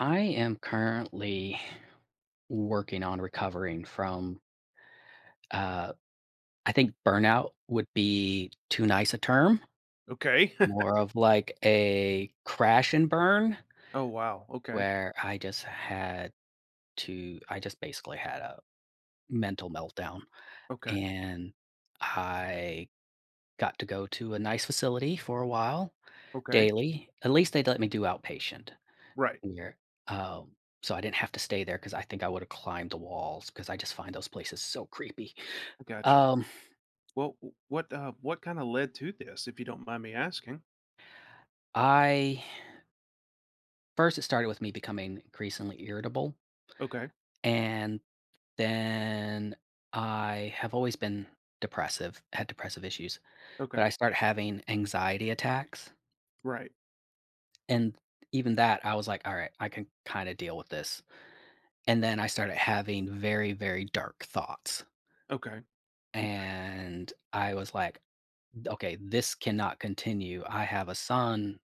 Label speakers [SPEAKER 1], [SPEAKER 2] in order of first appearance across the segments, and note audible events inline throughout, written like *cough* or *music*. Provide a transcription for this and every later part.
[SPEAKER 1] I am currently working on recovering from, uh, I think burnout would be too nice a term,
[SPEAKER 2] Okay. *laughs*
[SPEAKER 1] more of like a crash and burn
[SPEAKER 2] Oh, wow. Okay.
[SPEAKER 1] where I just basically had a mental meltdown.
[SPEAKER 2] Okay.
[SPEAKER 1] And I got to go to a nice facility for a while
[SPEAKER 2] Okay.
[SPEAKER 1] daily. At least they let me do outpatient.
[SPEAKER 2] Right.
[SPEAKER 1] Near. Um, so I didn't have to stay there because I think I would've climbed the walls because I just find those places so creepy.
[SPEAKER 2] I gotcha.
[SPEAKER 1] Um,
[SPEAKER 2] Well, what kind of led to this, if you don't mind me asking?
[SPEAKER 1] I it started with me becoming increasingly irritable,
[SPEAKER 2] Okay.
[SPEAKER 1] and then I have always been depressive, had depressive issues, but
[SPEAKER 2] Okay.
[SPEAKER 1] I started having anxiety attacks,
[SPEAKER 2] Right.
[SPEAKER 1] and even that, I was like, "All right, I can kinda deal with this." And then I started having very, very dark thoughts,
[SPEAKER 2] Okay. w-
[SPEAKER 1] and I was like, okay, this cannot continue. I have a son,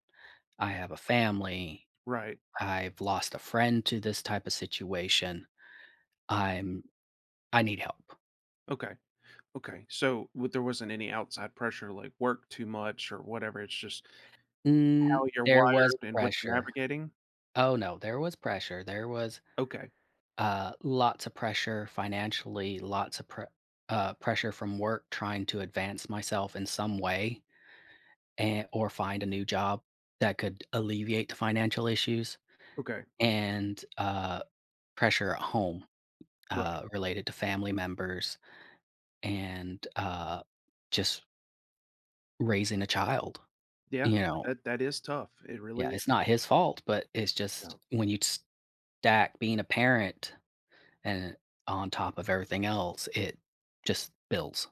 [SPEAKER 1] I have a family,
[SPEAKER 2] Right.
[SPEAKER 1] I've lost a friend to this type of situation. I'm I need help.
[SPEAKER 2] Okay. Okay. So there wasn't any outside pressure like work too much or whatever. It's just
[SPEAKER 1] Mm,
[SPEAKER 2] how you're
[SPEAKER 1] there was
[SPEAKER 2] wired and what you're
[SPEAKER 1] pressure.
[SPEAKER 2] navigating.
[SPEAKER 1] Oh no, there was pressure. There was
[SPEAKER 2] Okay.
[SPEAKER 1] lots of pressure financially, pressure from work trying to advance myself in some way and or find a new job that could alleviate the financial issues,
[SPEAKER 2] Okay.
[SPEAKER 1] and pressure at home,
[SPEAKER 2] Right.
[SPEAKER 1] related to family members, and just raising a child.
[SPEAKER 2] Yeah.
[SPEAKER 1] You know,
[SPEAKER 2] That is tough. It
[SPEAKER 1] yeah,
[SPEAKER 2] really
[SPEAKER 1] it's
[SPEAKER 2] is.
[SPEAKER 1] not his fault, but it's just
[SPEAKER 2] Yeah.
[SPEAKER 1] when you stack being a parent and on top of everything else, it just builds.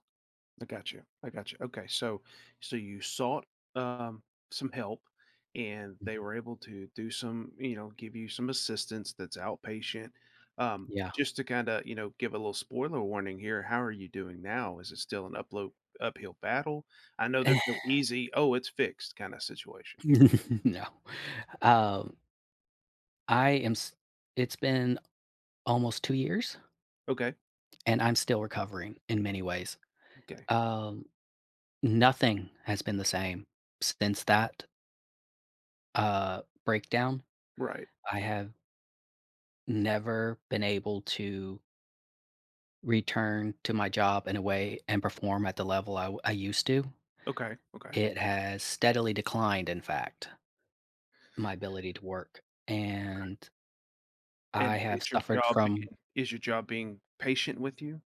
[SPEAKER 2] I got you. I got you. Okay, so you sought um, some help, and they
[SPEAKER 1] Mm.
[SPEAKER 2] were able to do some, give you some assistance that's outpatient.
[SPEAKER 1] Yeah.
[SPEAKER 2] Just to kind of, give a little spoiler warning here. How are you doing now? Is it still an upload uphill battle? I know there's no
[SPEAKER 1] *laughs*
[SPEAKER 2] easy, oh, it's fixed kind of situation.
[SPEAKER 1] no. Um, I am, s- it's been almost 2 years
[SPEAKER 2] Okay.
[SPEAKER 1] and I'm still recovering in many ways.
[SPEAKER 2] Okay.
[SPEAKER 1] Um, Nothing has been the same since that breakdown.
[SPEAKER 2] Right.
[SPEAKER 1] I have never been able to return to my job in a way and perform at the level I used to.
[SPEAKER 2] Okay. Okay.
[SPEAKER 1] It has steadily declined, in fact, my ability to work. And I
[SPEAKER 2] And
[SPEAKER 1] have
[SPEAKER 2] is your
[SPEAKER 1] suffered
[SPEAKER 2] job
[SPEAKER 1] from,
[SPEAKER 2] being is your job being patient with you?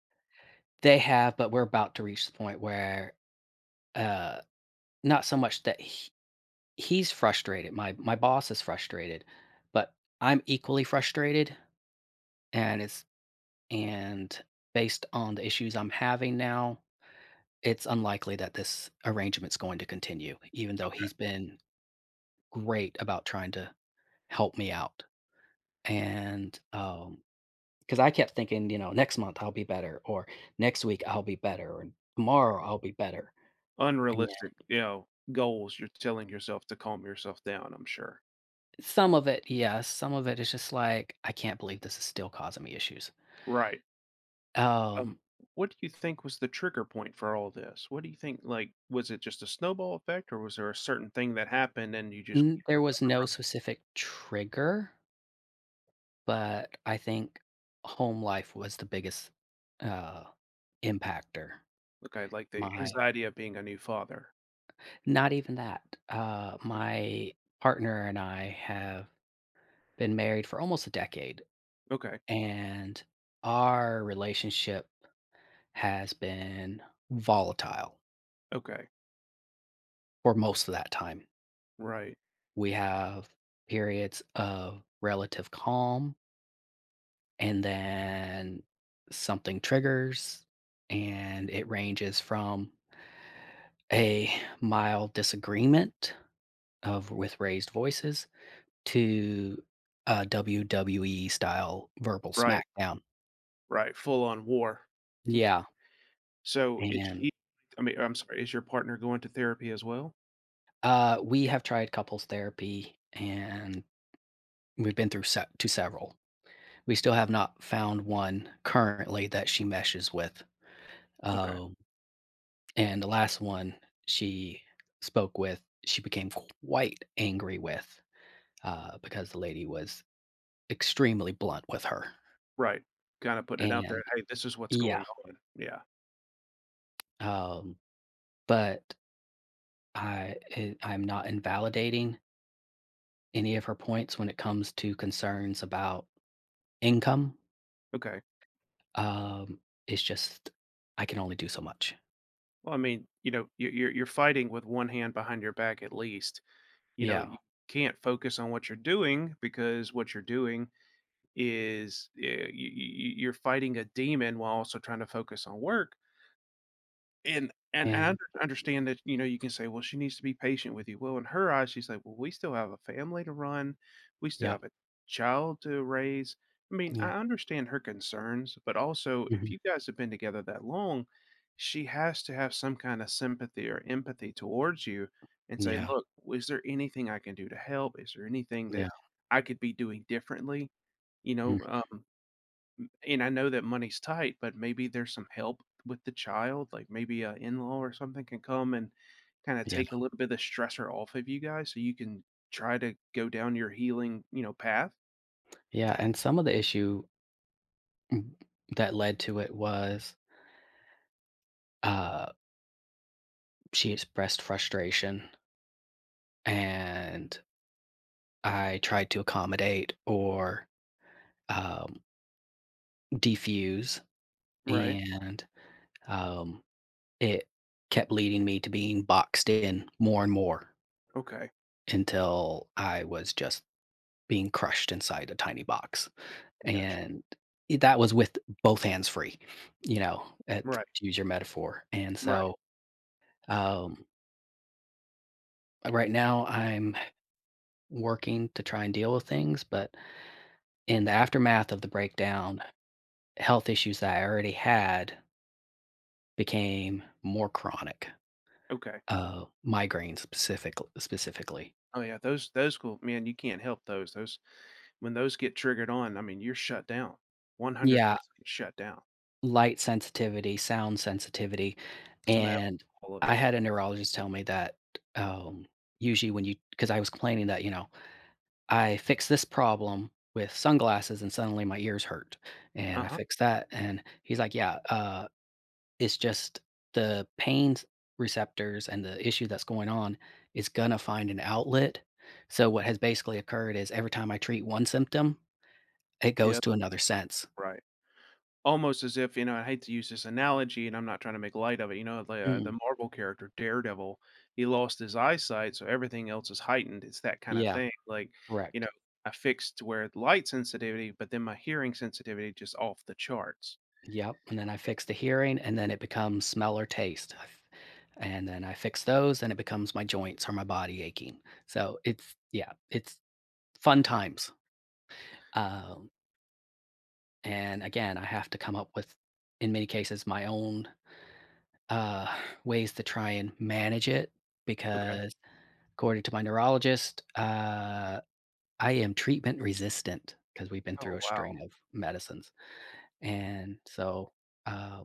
[SPEAKER 1] they have, but we're about to reach the point where, uh, not so much that he's frustrated, my boss is frustrated, but I'm equally frustrated. And it's, and based on the issues I'm having now, it's unlikely that this arrangement's going to continue, even though he's been great about trying to help me out. And, um, because I kept thinking, you know, next month I'll be better, or next week I'll be better, or tomorrow I'll be better. And
[SPEAKER 2] Unrealistic, goals you're telling yourself to calm yourself down, I'm sure.
[SPEAKER 1] some of it, yes, some of it is just like, I can't believe this is still causing me issues.
[SPEAKER 2] Right. Um,
[SPEAKER 1] Um,
[SPEAKER 2] what do you think was the trigger point for all this? What do you think, like, was it just a snowball effect, or was there a certain thing that happened and you just
[SPEAKER 1] n There
[SPEAKER 2] can't reco
[SPEAKER 1] was no specific trigger, but I think home life was the biggest, uh, impactor.
[SPEAKER 2] Okay, like the
[SPEAKER 1] My
[SPEAKER 2] anxiety of being a new father.
[SPEAKER 1] Not even that.
[SPEAKER 2] Okay,
[SPEAKER 1] My partner and I have been married for almost a decade,
[SPEAKER 2] okay,
[SPEAKER 1] and our relationship has been volatile
[SPEAKER 2] okay.
[SPEAKER 1] for most of that time.
[SPEAKER 2] Right,
[SPEAKER 1] We have periods of relative calm, and then something triggers, and it ranges from a mild disagreement of with raised voices to a WWE style verbal
[SPEAKER 2] right,
[SPEAKER 1] smackdown.
[SPEAKER 2] right, full on war. M'kay.
[SPEAKER 1] Yeah.
[SPEAKER 2] So is
[SPEAKER 1] And,
[SPEAKER 2] she I mean, I'm sorry, is your partner going to therapy as well?
[SPEAKER 1] we have tried couples therapy, and we've been through se to several. We still have not found one currently that she meshes with.
[SPEAKER 2] Okay,
[SPEAKER 1] Um, and the last one she spoke with, she became quite angry with, because the lady was extremely blunt with her.
[SPEAKER 2] right. Kinda putting it out there,
[SPEAKER 1] And
[SPEAKER 2] "Hey, this is what's
[SPEAKER 1] yeah,
[SPEAKER 2] going on." Yeah,
[SPEAKER 1] um, but I'm not invalidating any of her points when it comes to concerns about income.
[SPEAKER 2] okay.
[SPEAKER 1] Um, it's just I can only do so much.
[SPEAKER 2] Well, I mean, you're fighting with one hand behind your back at least.
[SPEAKER 1] Yeah,
[SPEAKER 2] You can't focus on what you're doing because what you're doing is you're fighting a demon while also trying to focus on work. And I
[SPEAKER 1] and
[SPEAKER 2] understand that, you can say, "Well, she needs to be patient with you." Well, in her eyes, she's like, "Well, we still have a family to run. We still
[SPEAKER 1] yeah,
[SPEAKER 2] have a child to raise." I mean, I
[SPEAKER 1] yeah,
[SPEAKER 2] understand her concerns, but also if
[SPEAKER 1] mhm,
[SPEAKER 2] you guys have been together that long, she has to have some kind of sympathy or empathy towards you and say,
[SPEAKER 1] yeah,
[SPEAKER 2] "Look, is there anything I can do to help? Is there anything that
[SPEAKER 1] yeah,
[SPEAKER 2] I could be doing differently?" You
[SPEAKER 1] mm,
[SPEAKER 2] know, um, and I know that money's tight, but maybe there's some help with the child, like maybe a in-law or something can come and kinda
[SPEAKER 1] yeah,
[SPEAKER 2] take a little bit of the stressor off of you guys so you can try to go down your healing, path,
[SPEAKER 1] yeah. And some of the issue, mm, that led to it was, uh, she expressed frustration, and I tried to accommodate or, um, defuse,
[SPEAKER 2] right?
[SPEAKER 1] and um, it kept leading me to being boxed in more and more
[SPEAKER 2] Okay,
[SPEAKER 1] until I was just being crushed inside a tiny box,
[SPEAKER 2] gotcha.
[SPEAKER 1] and I that was with both hands free, you know, eh,
[SPEAKER 2] Right,
[SPEAKER 1] to use your metaphor. And
[SPEAKER 2] right,
[SPEAKER 1] so, um, right now I'm working to try and deal with things, but in the aftermath of the breakdown, health issues that I already had became more chronic,
[SPEAKER 2] okay.
[SPEAKER 1] migraines specifical specifically.
[SPEAKER 2] Oh, yeah, those cool man, you can't help those when those get triggered on, I mean, you're shut down,
[SPEAKER 1] Yeah.
[SPEAKER 2] 100% shut down.
[SPEAKER 1] Light sensitivity, sound sensitivity,
[SPEAKER 2] Smell,
[SPEAKER 1] and
[SPEAKER 2] all of
[SPEAKER 1] I
[SPEAKER 2] it.
[SPEAKER 1] had a neurologist tell me that, um, usually when you, because I was complaining that, you know, "I fixed this problem with sunglasses and suddenly my ears hurt, and I
[SPEAKER 2] Uh-huh,
[SPEAKER 1] fixed that," and he's like, "Yeah, it's just the pain s receptors and the issue that's going on is gonna find an outlet." So what has basically occurred is every time I treat one symptom, it
[SPEAKER 2] the
[SPEAKER 1] goes
[SPEAKER 2] other
[SPEAKER 1] to
[SPEAKER 2] one,
[SPEAKER 1] another sense.
[SPEAKER 2] right. Almost as if, I hate to use this analogy and I'm not trying to make light of it, the
[SPEAKER 1] Mm.
[SPEAKER 2] Marvel character Daredevil, he lost his eyesight, so everything else is heightened. It's that kind of
[SPEAKER 1] Yeah,
[SPEAKER 2] thing. Like, you know,
[SPEAKER 1] correct.
[SPEAKER 2] I fixed where light sensitivity, but then my hearing sensitivity just off the charts.
[SPEAKER 1] Yep, and then I fix the hearing, and then it becomes smell or taste. I f And then I fix those, and it becomes my joints or my body aching. So it's, yeah, it's fun times. Um, and again, I have to come up with, in many cases, my own, uh, *sighs* ways to try and manage it
[SPEAKER 2] Okay.
[SPEAKER 1] because, according to my neurologist, I am treatment resistant because 'cause we've been through
[SPEAKER 2] Oh
[SPEAKER 1] a string
[SPEAKER 2] wow.
[SPEAKER 1] of medicines. And so, uh,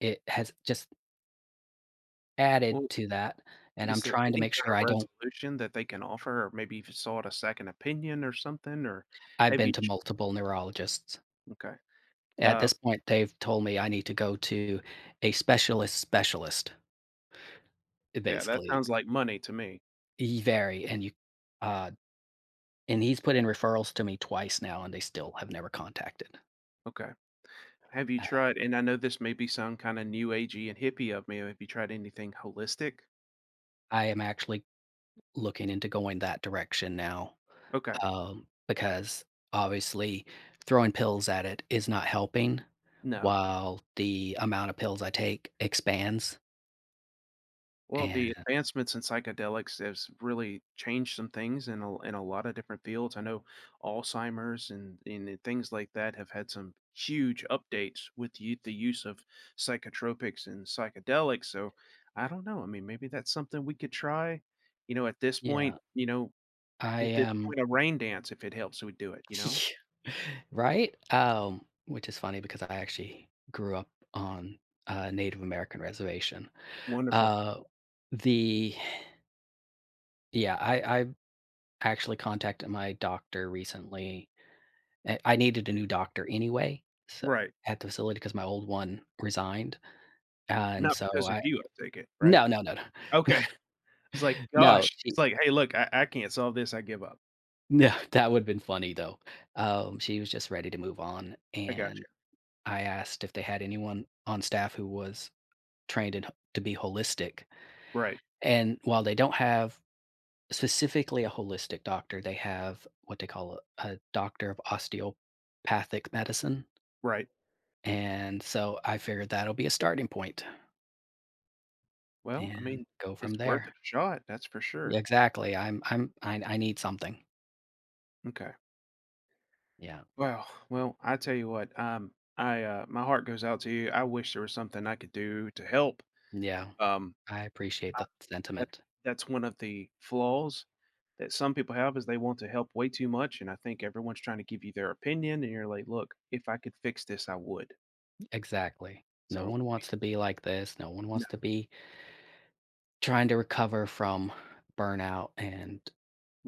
[SPEAKER 1] it has just added
[SPEAKER 2] Well,
[SPEAKER 1] to that. And I'm
[SPEAKER 2] is there
[SPEAKER 1] trying to
[SPEAKER 2] any
[SPEAKER 1] make
[SPEAKER 2] kind
[SPEAKER 1] sure
[SPEAKER 2] of
[SPEAKER 1] I don't.
[SPEAKER 2] resolution that they can offer, or maybe if you sought a second opinion or something, or
[SPEAKER 1] I've been
[SPEAKER 2] maybe?
[SPEAKER 1] to multiple neurologists.
[SPEAKER 2] Okay.
[SPEAKER 1] At
[SPEAKER 2] Uh,
[SPEAKER 1] this point, they've told me I need to go to a specialist, eh,
[SPEAKER 2] yeah, that
[SPEAKER 1] basically,
[SPEAKER 2] sounds like money to me.
[SPEAKER 1] e very, and you uh, and he's put in referrals to me twice now, and they still have never contacted.
[SPEAKER 2] Okay. Have you
[SPEAKER 1] Uh,
[SPEAKER 2] tried, and I know this may be some kinda new agey and hippie of me, have you tried anything holistic?
[SPEAKER 1] I am actually looking into going that direction now,
[SPEAKER 2] Okay,
[SPEAKER 1] because obviously throwing pills at it is not helping
[SPEAKER 2] no.
[SPEAKER 1] while the amount of pills I take expands,
[SPEAKER 2] Well,
[SPEAKER 1] and
[SPEAKER 2] the advancements in psychedelics has really changed some things in a lot of different fields. I know Alzheimer's and things like that have had some huge updates with u the use of psychotropics and psychedelics, so I don't know, I mean, maybe that's something we could try, you know, at this point,
[SPEAKER 1] yeah.
[SPEAKER 2] you know,
[SPEAKER 1] I
[SPEAKER 2] at this
[SPEAKER 1] am
[SPEAKER 2] point, a rain dance if it helps, we do it, you know?
[SPEAKER 1] *laughs* right? Which is funny because I actually grew up on a Native American reservation.
[SPEAKER 2] Wonderful.
[SPEAKER 1] Uh, the Yeah, I actually contacted my doctor recently. I needed a new doctor anyway, so
[SPEAKER 2] Right.
[SPEAKER 1] at the facility, because my old one resigned, and
[SPEAKER 2] Not
[SPEAKER 1] so
[SPEAKER 2] because of
[SPEAKER 1] I.
[SPEAKER 2] you, I take it, right?
[SPEAKER 1] No, no, no, no,
[SPEAKER 2] Okay. *laughs* It's like,
[SPEAKER 1] no
[SPEAKER 2] gosh, it's
[SPEAKER 1] she
[SPEAKER 2] like, "Hey, look, I can't solve this, I give up."
[SPEAKER 1] no. *laughs* That would have been funny though. She was just ready to move on,
[SPEAKER 2] I got
[SPEAKER 1] and
[SPEAKER 2] you.
[SPEAKER 1] I asked if they had anyone on staff who was trained in, to be holistic.
[SPEAKER 2] Right,
[SPEAKER 1] And while they don't have specifically a holistic doctor, they have what they call a doctor of osteopathic medicine.
[SPEAKER 2] right.
[SPEAKER 1] And so I figured that'll be a starting point
[SPEAKER 2] Well, I
[SPEAKER 1] and
[SPEAKER 2] mean,
[SPEAKER 1] go
[SPEAKER 2] it's
[SPEAKER 1] from
[SPEAKER 2] worth a
[SPEAKER 1] there.
[SPEAKER 2] shot, that's for sure.
[SPEAKER 1] Yeah, exactly. I need something.
[SPEAKER 2] Okay.
[SPEAKER 1] Yeah.
[SPEAKER 2] Well, I tell you what. My heart goes out to you. I wish there was something I could do to help.
[SPEAKER 1] Yeah.
[SPEAKER 2] Um,
[SPEAKER 1] I appreciate
[SPEAKER 2] I
[SPEAKER 1] the
[SPEAKER 2] that
[SPEAKER 1] sentiment.
[SPEAKER 2] That's one of the flaws that some people have is they want to help way too much, and I think everyone's trying to give you their opinion, and you're like, "Look, if I could fix this, I would."
[SPEAKER 1] Exactly. No
[SPEAKER 2] So
[SPEAKER 1] one wants to be like this. No one wants to be trying to recover from burnout and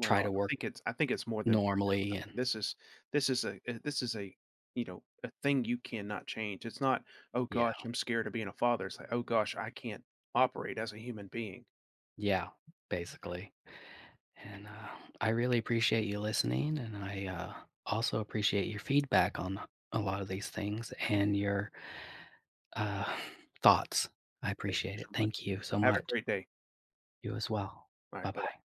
[SPEAKER 1] try to
[SPEAKER 2] I
[SPEAKER 1] work
[SPEAKER 2] think it's more than burnout.
[SPEAKER 1] normally
[SPEAKER 2] I
[SPEAKER 1] and
[SPEAKER 2] mean, this is a thing you cannot change. It's not, oh
[SPEAKER 1] yeah.
[SPEAKER 2] gosh, I'm scared of being a father. It's like, oh gosh, I can't operate as a human being.
[SPEAKER 1] Yeah, basically. And, I really appreciate you listening, and also appreciate your feedback on a lot of these things and your, uh, *sighs* thoughts. I
[SPEAKER 2] Thank you
[SPEAKER 1] appreciate it.
[SPEAKER 2] so much.
[SPEAKER 1] Thank you so
[SPEAKER 2] Have a
[SPEAKER 1] much.
[SPEAKER 2] great day.
[SPEAKER 1] You as well.
[SPEAKER 2] All right, bye.
[SPEAKER 1] Bye-bye.